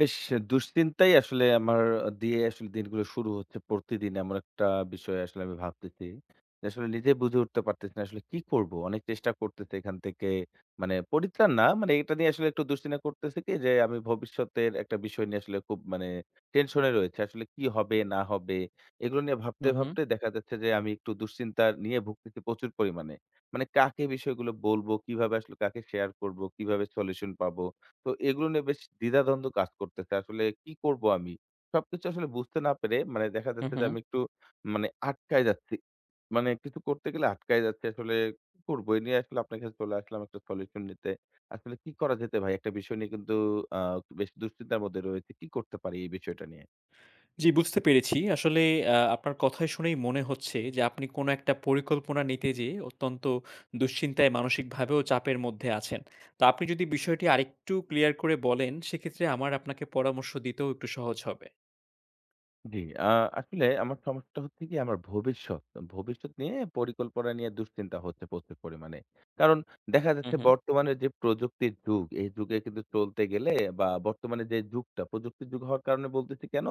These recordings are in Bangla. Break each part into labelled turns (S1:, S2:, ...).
S1: বেশ দুশ্চিন্তাই আসলে আমার দিয়ে আসলে দিনগুলো শুরু হচ্ছে। প্রতিদিন এমন একটা বিষয় আসলে আমি ভাবতেছি। যে আসলে নিজে বুঝে উঠতে পারতেছি না আসলে কি করব? অনেক চেষ্টা করতেছি এখান থেকে মানে পরিত্রাণ না মানে এটা নিয়ে আসলে একটু দুশ্চিন্তা করতেছি কি যে আমি ভবিষ্যতের একটা বিষয় নিয়ে আসলে খুব টেনশনে রয়েছে। আসলে কি হবে না হবে? এগুলো নিয়ে ভাবতে,
S2: হুম, হুম,
S1: ভাবতে দেখা যাচ্ছে যে আমি একটু দুশ্চিন্তা নিয়ে ভুগতেছি প্রচুর পরিমাণে। মানে কাকে বিষয়গুলো বলব? কিভাবে আসলে কাকে শেয়ার করব? কিভাবে সলিউশন পাব? তো এগুলো নিয়ে বেশ দ্বিধাদ্বন্দ্ব কাজ করতেছে। আসলে কি করব আমি? সবকিছু আসলে বুঝতে না পেরে মানে দেখা
S2: হুম,
S1: যাচ্ছে যে
S2: হুম।
S1: আমি একটু আটকায় যাচ্ছি। মানে কিছু করতে গেলে আটকায় যাচ্ছি। আসলে কি করব? এ নিয়ে আসলে আপনার কাছে চলে আসলাম একটা সলিউশন নিতে। আসলে কি করা যেতে ভাই? একটা বিষয় নিয়ে কিন্তু আ বেশ দুশ্চিন্তার মধ্যে রয়েছি। কি করতে পারি এই বিষয়টা নিয়ে?
S2: জি, বুঝতে পেরেছি। আসলে আপনার কথাই শুনেই মনে হচ্ছে যে আপনি কোনো একটা পরিকল্পনা নিতে যেয়ে অত্যন্ত দুশ্চিন্তায় মানসিকভাবেও চাপের মধ্যে আছেন। তো আপনি যদি বিষয়টি আরেকটু ক্লিয়ার করে বলেন, সেক্ষেত্রে আমার আপনাকে পরামর্শ দিতেও একটু সহজ হবে।
S1: জি, আসলে আমার সমস্যাটা হচ্ছে কি আমার ভবিষ্যৎ। ভবিষ্যৎ নিয়ে পরিকল্পনা নিয়ে দুশ্চিন্তা হচ্ছে প্রচুর পরিমাণে। কারণ দেখা
S2: হুম,
S1: যাচ্ছে
S2: হুম।
S1: বর্তমানে যে প্রযুক্তির যুগ, এই যুগে কিন্তু চলতে গেলে বা বর্তমানে যে যুগটা, প্রযুক্তির যুগ হওয়ার কারণে বলতেছি কেন?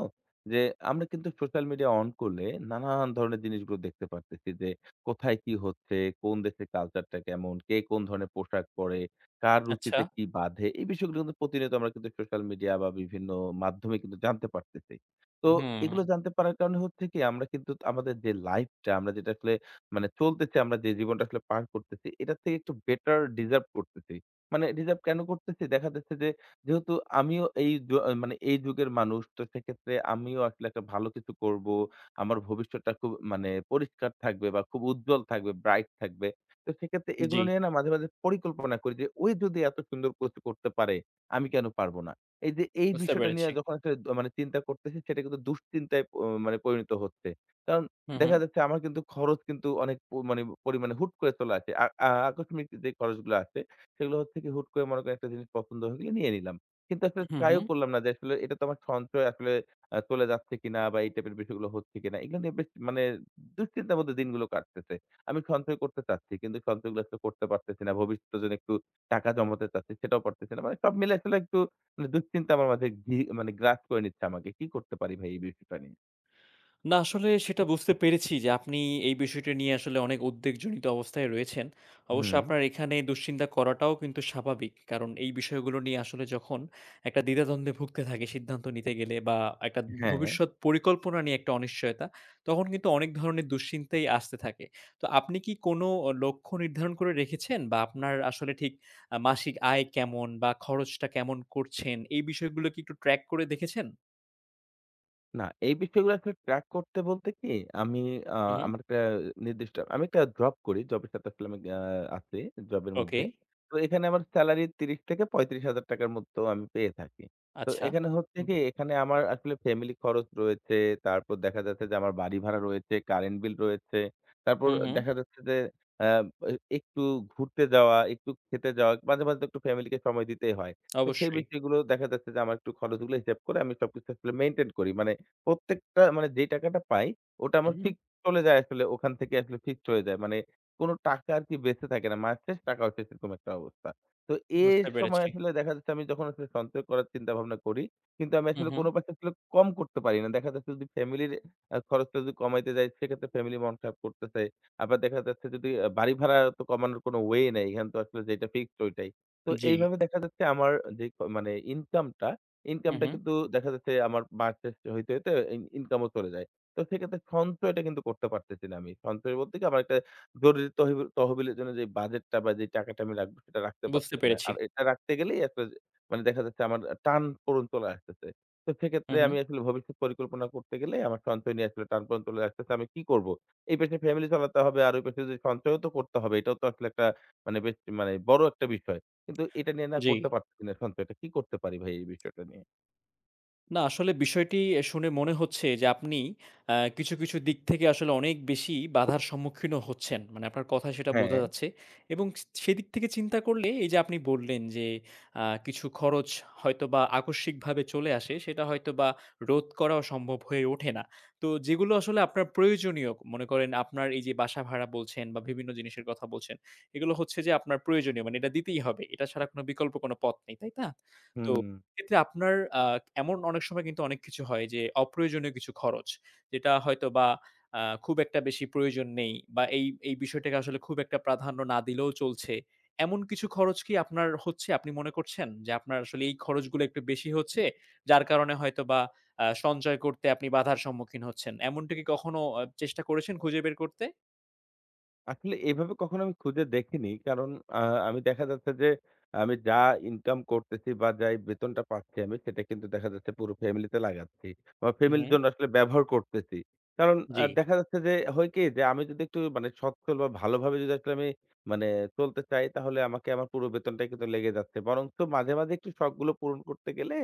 S1: যে আমরা কিন্তু সোশ্যাল মিডিয়া অন করলে নানান ধরনের জিনিসগুলো দেখতে পারতেছি যে কোথায় কি হচ্ছে, কোন দেশের কালচারটা কেমন, কে কোন ধরনের পোশাক পরে, কার
S2: আচ্ছা।
S1: রুচিতে কি বাধে, এই বিষয়গুলো কিন্তু প্রতিনিয়ত আমরা কিন্তু সোশ্যাল মিডিয়া বা বিভিন্ন মাধ্যমে কিন্তু জানতে পারতেছি। তো এগুলো
S2: হুম।
S1: জানতে পারার কারণে হচ্ছে কি আমরা কিন্তু আমাদের যে লাইফটা আমরা যেটা আসলে চলতেছি আমরা যে জীবনটা আসলে পার করতেছি এটা থেকে একটু বেটার ডিজার্ভ করতেছি। মানে ডিজার্ভ কেন করতেছি? দেখা যাচ্ছে যে যেহেতু আমিও এই য মানে এই যুগের মানুষ তো সেক্ষেত্রে আমিও আসলে একটা ভালো কিছু করব। আমার ভবিষ্যৎটা খুব মানে পরিষ্কার থাকবে বা খুব উজ্জ্বল থাকবে, ব্রাইট থাকবে। তো সেক্ষেত্রে
S2: জি,
S1: এগুলো নিয়ে না মাঝে, মাঝে পরিকল্পনা করি যে ওই যদি এত সুন্দর কিছু করতে পারে আমি কেন পারব না? এই যে এই
S2: বুঝতে
S1: বিষয়টা নিয়ে
S2: পেরেছি।
S1: যখন একটা দ মানে চিন্তা করতেছি সেটা কিন্তু দুশ্চিন্তায় প মানে পরিণত হচ্ছে। কারণ
S2: হুম, হুম।
S1: দেখা যাচ্ছে আমার কিন্তু খরচ কিন্তু অনেক প মানে পরিমাণে হুট করে চলে আসে। আ আ আকস্মিক যে খরচগুলো আছে সেগুলো হচ্ছে কি হুট করে মনে করেন একটা জিনিস পছন্দ হয়ে গেলে নিয়ে নিলাম। কিন্তু আসলে
S2: হুম,
S1: ট্রাইও
S2: হুম।
S1: করলাম না যে আসলে এটা তো আমার সঞ্চয় আসলে চলে যাচ্ছে কিনা বা এই টাইপের বিষয়গুলো হচ্ছে কিনা। এগুলো নিয়ে বেশ মানে দুশ্চিন্তার মধ্যে দিনগুলো কাটতেছে। আমি সঞ্চয় করতে চাচ্ছি কিন্তু সঞ্চয়গুলো আসলে করতে পারতেছি না। ভবিষ্যতের জন্য একটু টাকা জমাতে চাচ্ছি সেটাও পারতেছি না। মানে সব মিলে আসলে একটু মানে দুশ্চিন্তা আমার মাঝে ঘি মানে গ্রাস করে নিচ্ছে আমাকে। কি করতে পারি ভাই এই বিষয়টা নিয়ে?
S2: না আসলে সেটা বুঝতে পেরেছি যে আপনি এই বিষয়টা নিয়ে আসলে অনেক উদ্বেগজনিত অবস্থায় রয়েছেন। অবশ্য
S1: হুম,
S2: আপনার এখানে দুশ্চিন্তা করাটাও কিন্তু স্বাভাবিক। কারণ এই বিষয়গুলো নিয়ে আসলে যখন একটা দ্বিধাদ্বন্দ্বে ভুগতে থাকি সিদ্ধান্ত নিতে গেলে বা একটা
S1: হ্যাঁ।
S2: ভবিষ্যৎ পরিকল্পনা নিয়ে একটা অনিশ্চয়তা, তখন কিন্তু অনেক ধরনের দুশ্চিন্তাই আসতে থাকে। তো আপনি কি কোনো লক্ষ্য নির্ধারণ করে রেখেছেন বা আপনার আসলে ঠিক মাসিক আয় কেমন বা খরচটা কেমন করছেন এই বিষয়গুলো কি একটু ট্র্যাক করে দেখেছেন?
S1: না, এই বিষয়গুলো আসলে ট্র্যাক করতে বলতে কি আমি আ
S2: হু, হু।
S1: আমার একটা নির্দিষ্ট আমি একটা জব করি। জবের সাথে আসলে আমি আছি জবের মধ্যে।
S2: ওকে,
S1: তো এখানে আমার সেলারি ৳৩০,000-৳৩৫,000 র মতো আমি পেয়ে থাকি। তো
S2: আচ্ছা।
S1: এখানে হচ্ছে কি এখানে আমার আসলে ফ্যামিলি খরচ রয়েছে। তারপর দেখা যাচ্ছে যে আমার বাড়ি ভাড়া রয়েছে, কারেন্ট বিল রয়েছে। তারপর
S2: হুম, হুম।
S1: দেখা যাচ্ছে যে আ এ একটু ঘুরতে যাওয়া, একটু খেতে যাওয়া, মাঝে, মাঝে তো একটু ফ্যামিলিকে সময় দিতেই হয়। তো সেই
S2: অবশ্যই।
S1: বিষয়গুলো দেখা যাচ্ছে যে আমার একটু খরচগুলো হিসাব করে আমি সবকিছু আসলে মেইনটেইন করি। মানে প্রত্যেকটা মানে যেই টাকাটা পাই ওটা আমার
S2: হুম, হুম।
S1: ফিক্সড চলে যায় আসলে ওখান থেকে আসলে ফিক্সড হয়ে যায়। মানে কোন টাকা আরকি বেঁচে থাকে না। মাস শেষ টাকাও শেষ এরকম একটা অবস্থা। তো এর
S2: বুঝতে
S1: সময়
S2: পেরেছি।
S1: আসলে দেখা যাচ্ছে আমি যখন আসলে সঞ্চয় করার চিন্তা ভাবনা করি, কিন্তু আমি
S2: হুম,
S1: আসলে
S2: হুম।
S1: কোন পাশে আসলে কম করতে পারি না। দেখা যাচ্ছে যদি ফ্যামিলির খরচটা যদি কমাইতে যাই সেক্ষেত্রে ফ্যামিলি মন খারাপ করতেছে। আবার দেখা যাচ্ছে যদি বাড়ি ভাড়া তো কমানোর কোন ওয়ে নাই। এখানে তো আসলে যেটা ফিক্সড ওইটাই। তো
S2: জি।
S1: এইভাবে দেখা যাচ্ছে আমার যে ক মানে ইনকামটা
S2: হুম,
S1: ইনকামটা
S2: হুম।
S1: কিন্তু দেখা যাচ্ছে আমার মাস শেষ হইতে, হইতে ইনকামও চলে যায়। তো সেক্ষেত্রে সঞ্চয়টা কিন্তু করতে পারতেছি না আমি। সঞ্চয় বলতে কি আমার একটা জরুরি তহবিলের জন্য যে বাজেটটা বা যে টাকাটা আমি রাখবো সেটা রাখতে
S2: বুঝতে
S1: পারতেছি না।
S2: পেরেছি।
S1: আর এটা রাখতে গেলেই একটা যে মানে দেখা যাচ্ছে আমার টানপোড়েন চলে আসতেছে। তো
S2: হুম,
S1: সেক্ষেত্রে
S2: হুম।
S1: আমি আসলে ভবিষ্যৎ পরিকল্পনা করতে গেলে আমার সঞ্চয় নিয়ে আসলে টানপোড়েন চলে আসতেছে। আমি কি করব? এই পাশে ফ্যামিলি চালাতে হবে আর ওই পাশে যে সঞ্চয়ও তো করতে হবে। এটাও তো আসলে একটা মানে বেশ মানে বড় একটা বিষয়। কিন্তু এটা নিয়ে না
S2: জি।
S1: করতে পারতেছি না সঞ্চয়টা। কি করতে পারি ভাই এই বিষয়টা নিয়ে?
S2: না আসলে বিষয়টি শুনে মনে হচ্ছে যে আপনি কিছু, কিছু দিক থেকে আসলে অনেক বেশি বাধার সম্মুখীনও হচ্ছেন। মানে আপনার কথায় সেটা বোঝা
S1: হ্যাঁ,
S2: যাচ্ছে এবং সেদিক থেকে চিন্তা করলে এই যে আপনি বললেন যে কিছু খরচ হয়তোবা আকস্মিকভাবে চলে আসে সেটা হয়তোবা রোধ করাও সম্ভব হয়ে ওঠে না। তো যেগুলো আসলে আপনার প্রয়োজনীয় মনে করেন আপনার এই যে বাসা ভাড়া বলছেন বা বিভিন্ন জিনিসের কথা বলছেন, এগুলো হচ্ছে যে আপনার প্রয়োজনীয় মানে এটা দিতেই হবে। এটা ছাড়া কোনো বিকল্প কোনো পথ নেই, তাই না? তো
S1: হুম।
S2: সেক্ষেত্রে আপনার আ এমন অনেক সময় কিন্তু অনেক কিছু হয় যে অপ্রয়োজনীয় কিছু খরচ। যেটা হয়তোবা খুব একটা বেশি প্রয়োজন নেই বা এই বিষয়টাকে আসলে খুব একটা প্রাধান্য না দিলেও চলছে। এমন কিছু খরচ কি আপনার হচ্ছে? আপনি মনে করছেন যে আপনার আসলে এই খরচগুলো একটু বেশি হচ্ছে, যার কারণে হয়তোবা সঞ্চয় করতে আপনি বাধার সম্মুখীন হচ্ছেন। এমনটা কি কখনো চেষ্টা করেছেন খুঁজে বের করতে?
S1: আসলে এভাবে কখনো আমি খুঁজে দেখিনি। কারণ আ আমি দেখা যাচ্ছে যে আমি যা ইনকাম করতেছি বা যাই বেতনটা পাচ্ছি আমি সেটা কিন্তু দেখা যাচ্ছে পুরো ফ্যামিলিতে লাগাচ্ছি। আমার
S2: হুম,
S1: ফ্যামিলির
S2: হুম।
S1: জন্য আসলে ব্যবহার করতেছি। কারণ
S2: জি।
S1: দেখা যাচ্ছে যে হয় কি যে আমি যদি একটু মানে সচ্ছল বা ভালোভাবে যদি আসলে আমি মানে চলতে চাই তাহলে আমাকে আমার পুরো বেতনটাই কিন্তু লেগে যাচ্ছে। বরঞ্চ মাঝে, মাঝে একটু শখগুলো পূরণ করতে গেলে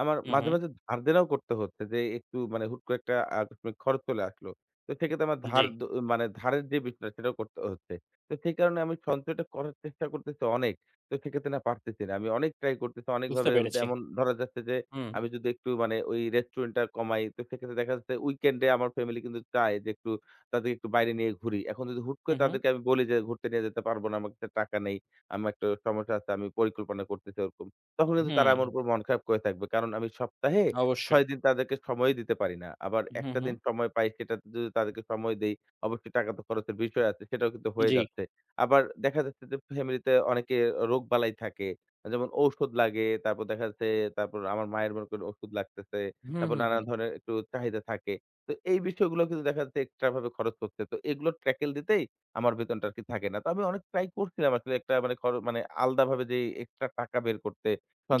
S1: আমার
S2: হুম,
S1: মাঝে,
S2: হুম।
S1: মাঝে ধার দেনাও করতে হচ্ছে যে একটু মানে হুট করে একটা আকস্মিক খরচ চলে আসলো। তো সেক্ষেত্রে আমার ধার
S2: জি।
S1: দ মানে ধারের যে বিষয়টা সেটাও করতে হচ্ছে। তো সেই কারণে আমি সঞ্চয়টা করার চেষ্টা করতেছি অনেক। তো সেক্ষেত্রে না পারতেছি না। আমি অনেক ট্রাই করতেছি
S2: বুঝতে
S1: অনেকভাবে
S2: পেরেছি।
S1: যেমন ধরা যাচ্ছে যে
S2: হুম,
S1: আমি
S2: হুম।
S1: যদি একটু মানে ওই রেস্টুরেন্টটা কমাই তো সেক্ষেত্রে দেখা যাচ্ছে উইকেন্ড এ আমার ফ্যামিলি কিন্তু চায় যে একটু তাদেরকে একটু বাইরে নিয়ে ঘুরি। এখন যদি হুট করে
S2: হুম, হুম।
S1: তাদেরকে আমি বলি যে ঘুরতে নিয়ে যেতে পারব না। আমার কাছে টাকা নেই। আমার একটা সমস্যা আছে। আমি পরিকল্পনা করতেছি ওরকম। তখন কিন্তু তারা
S2: হুম।
S1: আমার উপর মন খারাপ করে থাকবে। কারণ আমি সপ্তাহে
S2: অবশ্যই।
S1: ৬ দিন তাদেরকে সময় দিতে পারি না। আবার
S2: হুম,
S1: একটা
S2: হুম।
S1: দিন সময় পাই সেটাতে যদি তাদেরকে সময় দেই, অবশ্যই টাকা তো খরচের বিষয় আছে সেটাও কিন্তু হয়ে
S2: জি।
S1: যাচ্ছে। আবার দেখা যাচ্ছে যে ফ্যামিলিতে অনেকে রোগবালাই থাকে। যেমন ঔষধ লাগে, তারপর দেখা যাচ্ছে তারপর আমার মায়ের মনে করেন ওষুধ লাগতেছে।
S2: হুম,
S1: তারপর
S2: হুম,
S1: নানান
S2: হুম।
S1: ধরনের একটু চাহিদা থাকে। তো এই বিষয়গুলো কিন্তু দেখা যাচ্ছে এক্সট্রা ভাবে খরচ করছে। তো এগুলো ট্যাকেল দিতেই আমার বেতনটা আরকি থাকে না। তো আমি অনেক ট্রাই করছিলাম আসলে একটা মানে খর মানে আলাদাভাবে যে এক্সট্রা টাকা বের করতে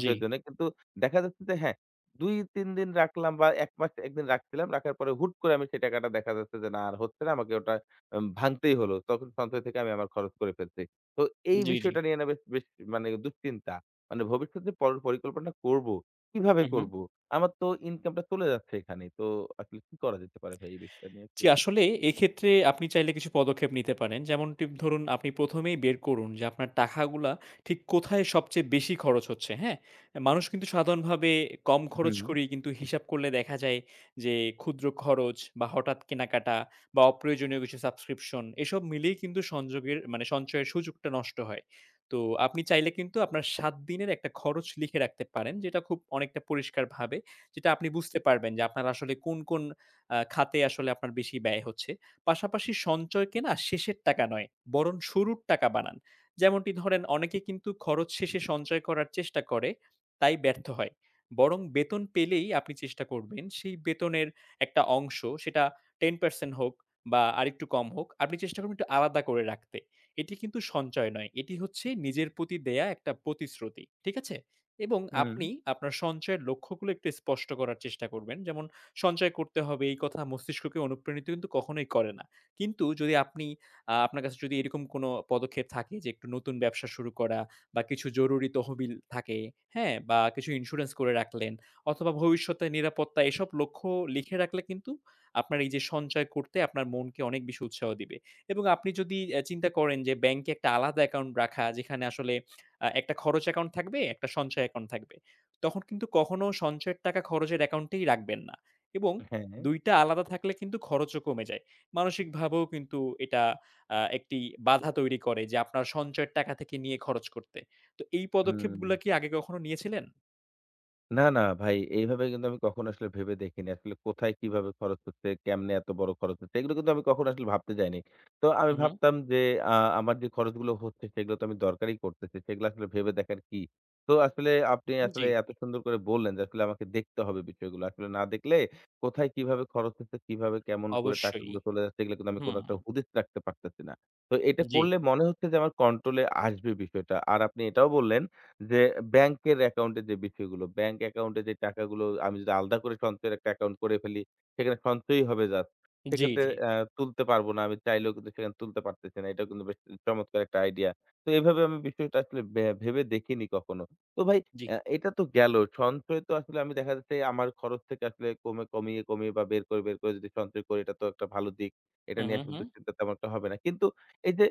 S2: জি,
S1: জন্য। কিন্তু দেখা যাচ্ছে যে হ্যাঁ, ২-৩ দিন রাখলাম বা ১ মাস ১ দিন রাখছিলাম। রাখার পরে হুট করে আমি সেই টাকাটা দেখা যাচ্ছে যে না আর হচ্ছে না। আমাকে ওটা ভাঙতেই হলো। তখন সঞ্চয় থেকে আমি আমার খরচ করে ফেলছি। তো এই
S2: জি, জি।
S1: বিষয়টা নিয়ে না বেশ বেশ মানে দুশ্চিন্তা। মানে ভবিষ্যতে পরিকল্পনা করব। কিভাবে
S2: হু, হু।
S1: করব? আমার তো ইনকামটা চলে যাচ্ছে এখানেই। তো আসলে কি করা যেতে পারে ভাই এই বিষয়টা নিয়ে একটু
S2: জি, আসলে এক্ষেত্রে আপনি চাইলে কিছু পদক্ষেপ নিতে পারেন। যেমনটি ধরুন আপনি ১ম এই বের করুন যে আপনার টাকাগুলা ঠিক কোথায় সবচেয়ে বেশি খরচ হচ্ছে, হ্যাঁ? মানুষ কিন্তু সাধারণভাবে কম খরচ
S1: হুম,
S2: করি কিন্তু হিসাব করলে দেখা যায় যে ক্ষুদ্র খরচ বা হঠাৎ কেনাকাটা বা অপ্রয়োজনীয় কিছু সাবস্ক্রিপশন এসব মিলিয়ে কিন্তু সংযোগের মানে সঞ্চয়ের সুযোগটা নষ্ট হয়। তো আপনি চাইলে কিন্তু আপনার ৭ দিনের একটা খরচ লিখে রাখতে পারেন যেটা খুব অনেকটা পরিষ্কারভাবে যেটা আপনি বুঝতে পারবেন যে আপনার আসলে কোন, কোন খাতে আসলে আপনার বেশি ব্যয় হচ্ছে। পাশাপাশি সঞ্চয়কে না শেষের টাকা নয়, বরং শুরুর টাকা বানান। যেমনটি ধরেন অনেকে কিন্তু খরচ শেষে সঞ্চয় করার চেষ্টা করে, তাই ব্যর্থ হয়। বরং বেতন পেলেই আপনি চেষ্টা করবেন সেই বেতনের একটা অংশ সেটা ১০% হোক বা আরেকটু কম হোক, আপনি চেষ্টা করবেন একটু আলাদা করে রাখতে। এটি কিন্তু সঞ্চয় নয়, এটি হচ্ছে নিজের প্রতি দেয়া একটা প্রতিশ্রুতি। ঠিক আছে? এবং
S1: হুম।
S2: আপনি আপনার সঞ্চয়ের লক্ষ্যগুলো একটু স্পষ্ট করার চেষ্টা করবেন। যেমন সঞ্চয় করতে হবে এই কথা মস্তিষ্ককে অনুপ্রাণিত কিন্তু কখনোই করে না। কিন্তু যদি আপনি আপনার কাছে যদি এরকম কোনো পদক্ষেপ থাকে যে একটু নতুন ব্যবসা শুরু করা বা কিছু জরুরি তহবিল থাকে, হ্যাঁ? বা কিছু ইন্সুরেন্স করে রাখলেন অথবা ভবিষ্যতে নিরাপত্তা এসব লক্ষ্য লিখে রাখলে কিন্তু আপনার এই যে সঞ্চয় করতে আপনার মনকে অনেক বেশি উৎসাহ দিবে। এবং আপনি যদি চিন্তা করেন যে ব্যাংকে একটা আলাদা অ্যাকাউন্ট রাখা যেখানে আসলে একটা খরচ অ্যাকাউন্ট থাকবে, একটা সঞ্চয় অ্যাকাউন্ট থাকবে। তখন কিন্তু কখনো সঞ্চয়ের টাকা খরচের অ্যাকাউন্টেই রাখবেন না। এবং
S1: হ্যাঁ।
S2: ২ টা আলাদা থাকলে কিন্তু খরচও কমে যায়। মানসিকভাবেও কিন্তু এটা একটি বাধা তৈরি করে যে আপনার সঞ্চয়ের টাকা থেকে নিয়ে খরচ করতে। তো এই
S1: হুম।
S2: পদক্ষেপগুলা কি আগে কখনো নিয়েছিলেন?
S1: না, না ভাই এইভাবে কিন্তু আমি কখনো আসলে ভেবে দেখিনি। আসলে কোথায় কিভাবে খরচ হচ্ছে, কেমনে এত বড় খরচ হচ্ছে, এগুলো কিন্তু আমি কখনো আসলে ভাবতে যাইনি। তো আমি
S2: হুম, হুম।
S1: ভাবতাম যে আ আমার যে খরচগুলো হচ্ছে সেগুলো তো আমি দরকারই করতেছি। সেগুলো আসলে ভেবে দেখার কি? তো আসলে আপনি
S2: জি,
S1: আসলে এত সুন্দর করে বললেন যে আসলে আমাকে দেখতে হবে বিষয়গুলো। আসলে না দেখলে কোথায় কিভাবে খরচ হচ্ছে, কিভাবে কেমন করে
S2: অবশ্যই।
S1: টাকাগুলো চলে যাচ্ছে এগুলো কিন্তু আমি কোনো
S2: হুম,
S1: একটা হুদিস রাখতে পারতেছি না। তো এটা
S2: জি,
S1: করলে মনে হচ্ছে যে আমার কন্ট্রোলে আসবে বিষয়টা। আর আপনি এটাও বললেন যে ব্যাংকের অ্যাকাউন্টে যে বিষয়গুলো, ব্যাংক অ্যাকাউন্টে যে টাকাগুলো আমি যদি আলাদা করে সঞ্চয়ের একটা অ্যাকাউন্ট করে ফেলি, সেখানে সঞ্চয়ই হবে জাস্ট।
S2: জি,
S1: সেক্ষেত্রে
S2: জি,
S1: তুলতে পারবো না। আমি চাইলেও কিন্তু সেখানে তুলতে পারতেছি না। এটাও কিন্তু বেশ চমৎকার একটা আইডিয়া। তো এভাবে আমি বিষয়টা আসলে ভেবে দেখিনি কখনো। তো ভাই
S2: জি।
S1: এটা তো গেল। সঞ্চয় তো আসলে আমি দেখা যাচ্ছে আমার খরচ থেকে আসলে কমিয়ে, কমিয়ে বা বের করে, বের করে যদি সঞ্চয় করি এটা তো একটা ভালো দিক। এটা
S2: হু,
S1: নিয়ে
S2: হু,
S1: আসলে
S2: হু।
S1: দুশ্চিন্তা তেমন একটা হবে না। কিন্তু এই যে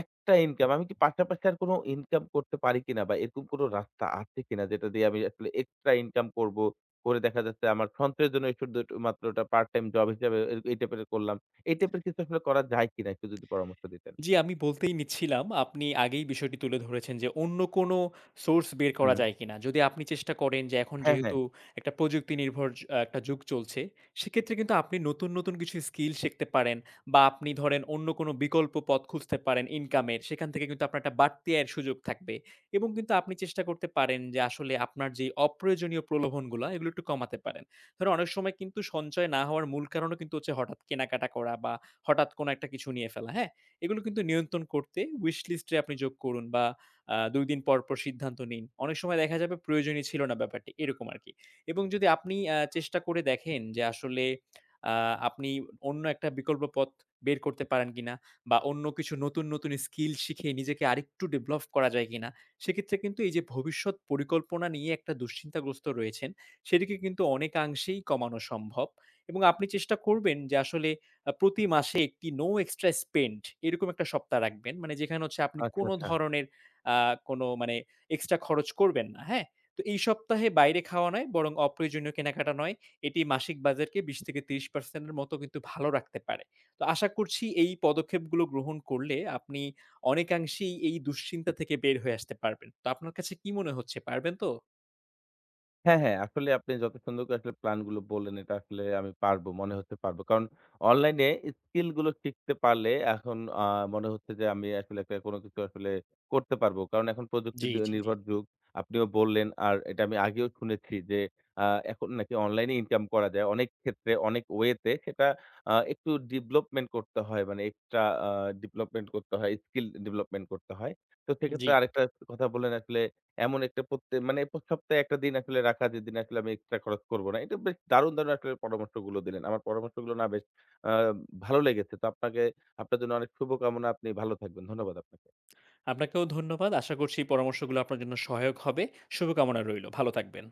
S1: একটা ইনকাম। আমি কি পাশাপাশি আর কোনো ইনকাম করতে পারি কিনা বা এরকম কোনো রাস্তা আছে কিনা যেটা দিয়ে আমি আসলে এক্সট্রা ইনকাম করব। করে দেখা যাচ্ছে আমার সঞ্চয়ের জন্য শুধু একটু মাত্র ওটা পার্ট টাইম জব হিসেবে এই টাইপের করলাম। এই টাইপের কিছু আসলে করা যায় কিনা একটু যদি পরামর্শ দিতেন?
S2: জি, আমি বলতেই নিচ্ছিলাম, আপনি আগেই বিষয়টি তুলে ধরেছেন যে, অন্য কোনো সোর্স বের করা
S1: হুম।
S2: যায় কিনা? যদি আপনি চেষ্টা করেন যে, এখন
S1: হ্যাঁ, হ্যাঁ।
S2: যেহেতু একটা প্রযুক্তি নির্ভর একটা যুগ চলছে, সেক্ষেত্রে কিন্তু আপনি নতুন, নতুন কিছু স্কিল শিখতে পারেন বা আপনি ধরেন অন্য কোনো বিকল্প পথ খুঁজতে পারেন ইনকামের। সেখান থেকে কিন্তু আপনার একটা বাড়তি আয়ের সুযোগ থাকবে এবং কিন্তু আপনি চেষ্টা করতে পারেন যে, আসলে আপনার যে অপ্রয়োজনীয় প্রলোভনগুলা, এগুলো একটু কমাতে পারেন। ধরেন অনেক সময় কিন্তু সঞ্চয় না হওয়ার মূল কারণও কিন্তু হচ্ছে হঠাৎ কেনাকাটা করা বা হঠাৎ কোনো একটা কিছু নিয়ে ফেলা, হ্যাঁ? এগুলো কিন্তু নিয়ন্ত্রণ করতে উইশ লিস্টে আপনি যোগ করুন বা ২ দিন পর, পর সিদ্ধান্ত নিন। অনেক সময় দেখা যাবে প্রয়োজনই ছিল না ব্যাপারটি, এরকম আরকি। এবং যদি আপনি চেষ্টা করে দেখেন যে আসলে আ আপনি অন্য একটা বিকল্প পথ বের করতে পারেন কিনা বা অন্য কিছু নতুন, নতুন স্কিল শিখে নিজেকে আরেকটু ডেভেলপ করা যায় কিনা? সেক্ষেত্রে কিন্তু এই যে ভবিষ্যৎ পরিকল্পনা নিয়ে একটা দুশ্চিন্তাগ্রস্ত রয়েছেন, সেটিকে কিন্তু অনেকাংশেই কমানো সম্ভব এবং আপনি চেষ্টা করবেন যে আসলে প্রতি মাসে একটি নো এক্সট্রা স্পেন্ট এরকম একটা সপ্তাহ রাখবেন। মানে যেখানে হচ্ছে আপনি
S1: আচ্ছা,
S2: কোন
S1: আচ্ছা।
S2: ধরনের আ কোনো মানে এক্সট্রা খরচ করবেন না। হ্যাঁ? তো এই সপ্তাহে বাইরে খাওয়া নয় বরং অপ্রয়োজনীয় কেনাকাটা নয়। এটি মাসিক বাজেটকে ২০-৩০% এর মতো কিন্তু ভালো রাখতে পারে। তো আশা করছি এই পদক্ষেপগুলো গ্রহণ করলে আপনি অনেকাংশেই এই দুশ্চিন্তা থেকে বের হয়ে আসতে পারবেন। তো আপনার কাছে কি মনে হচ্ছে পারবেন তো?
S1: হ্যাঁ, হ্যাঁ। আসলে আপনি যত সুন্দর করে আসলে প্ল্যান গুলো বললেন, এটা আসলে আমি পারবো, মনে হচ্ছে পারবো। কারণ অনলাইনে স্কিল গুলো শিখতে পারলে এখন মনে হচ্ছে যে আমি আসলে একটা কোনো কিছু আসলে করতে পারবো। কারণ এখন প্রযুক্তি
S2: জি,
S1: দ
S2: জি, জি।
S1: নির্ভর যুগ। আপনিও বললেন আর এটা আমি আগেও শুনেছি যে আ এখন নাকি অনলাইনে ইনকাম করা যায়। অনেক ক্ষেত্রে অনেক ওয়েতে সেটা একটু ডেভেলপমেন্ট করতে হয়। মানে এক্সট্রা আ ডেভেলপমেন্ট করতে হয়, স্কিল ডেভেলপমেন্ট করতে হয়। তো
S2: জি।
S1: সেক্ষেত্রে আরেকটা কথা বললেন আসলে এমন একটা প্রত্যে মানে প্রতি সপ্তাহে একটা দিন আসলে রাখা যেদিন আসলে আমি এক্সট্রা খরচ করব না। এটা বেশ দারুণ, দারুণ আসলে পরামর্শগুলো দিলেন। আমার পরামর্শগুলো না বেশ আ ভালো লেগেছে। তো আপনার জন্য অনেক শুভকামনা। আপনি ভালো থাকবেন। ধন্যবাদ আপনাকে।
S2: আপনাকেও ধন্যবাদ। আশা করছি এই পরামর্শগুলো আপনার জন্য সহায়ক হবে। শুভকামনা রইল। ভালো থাকবেন।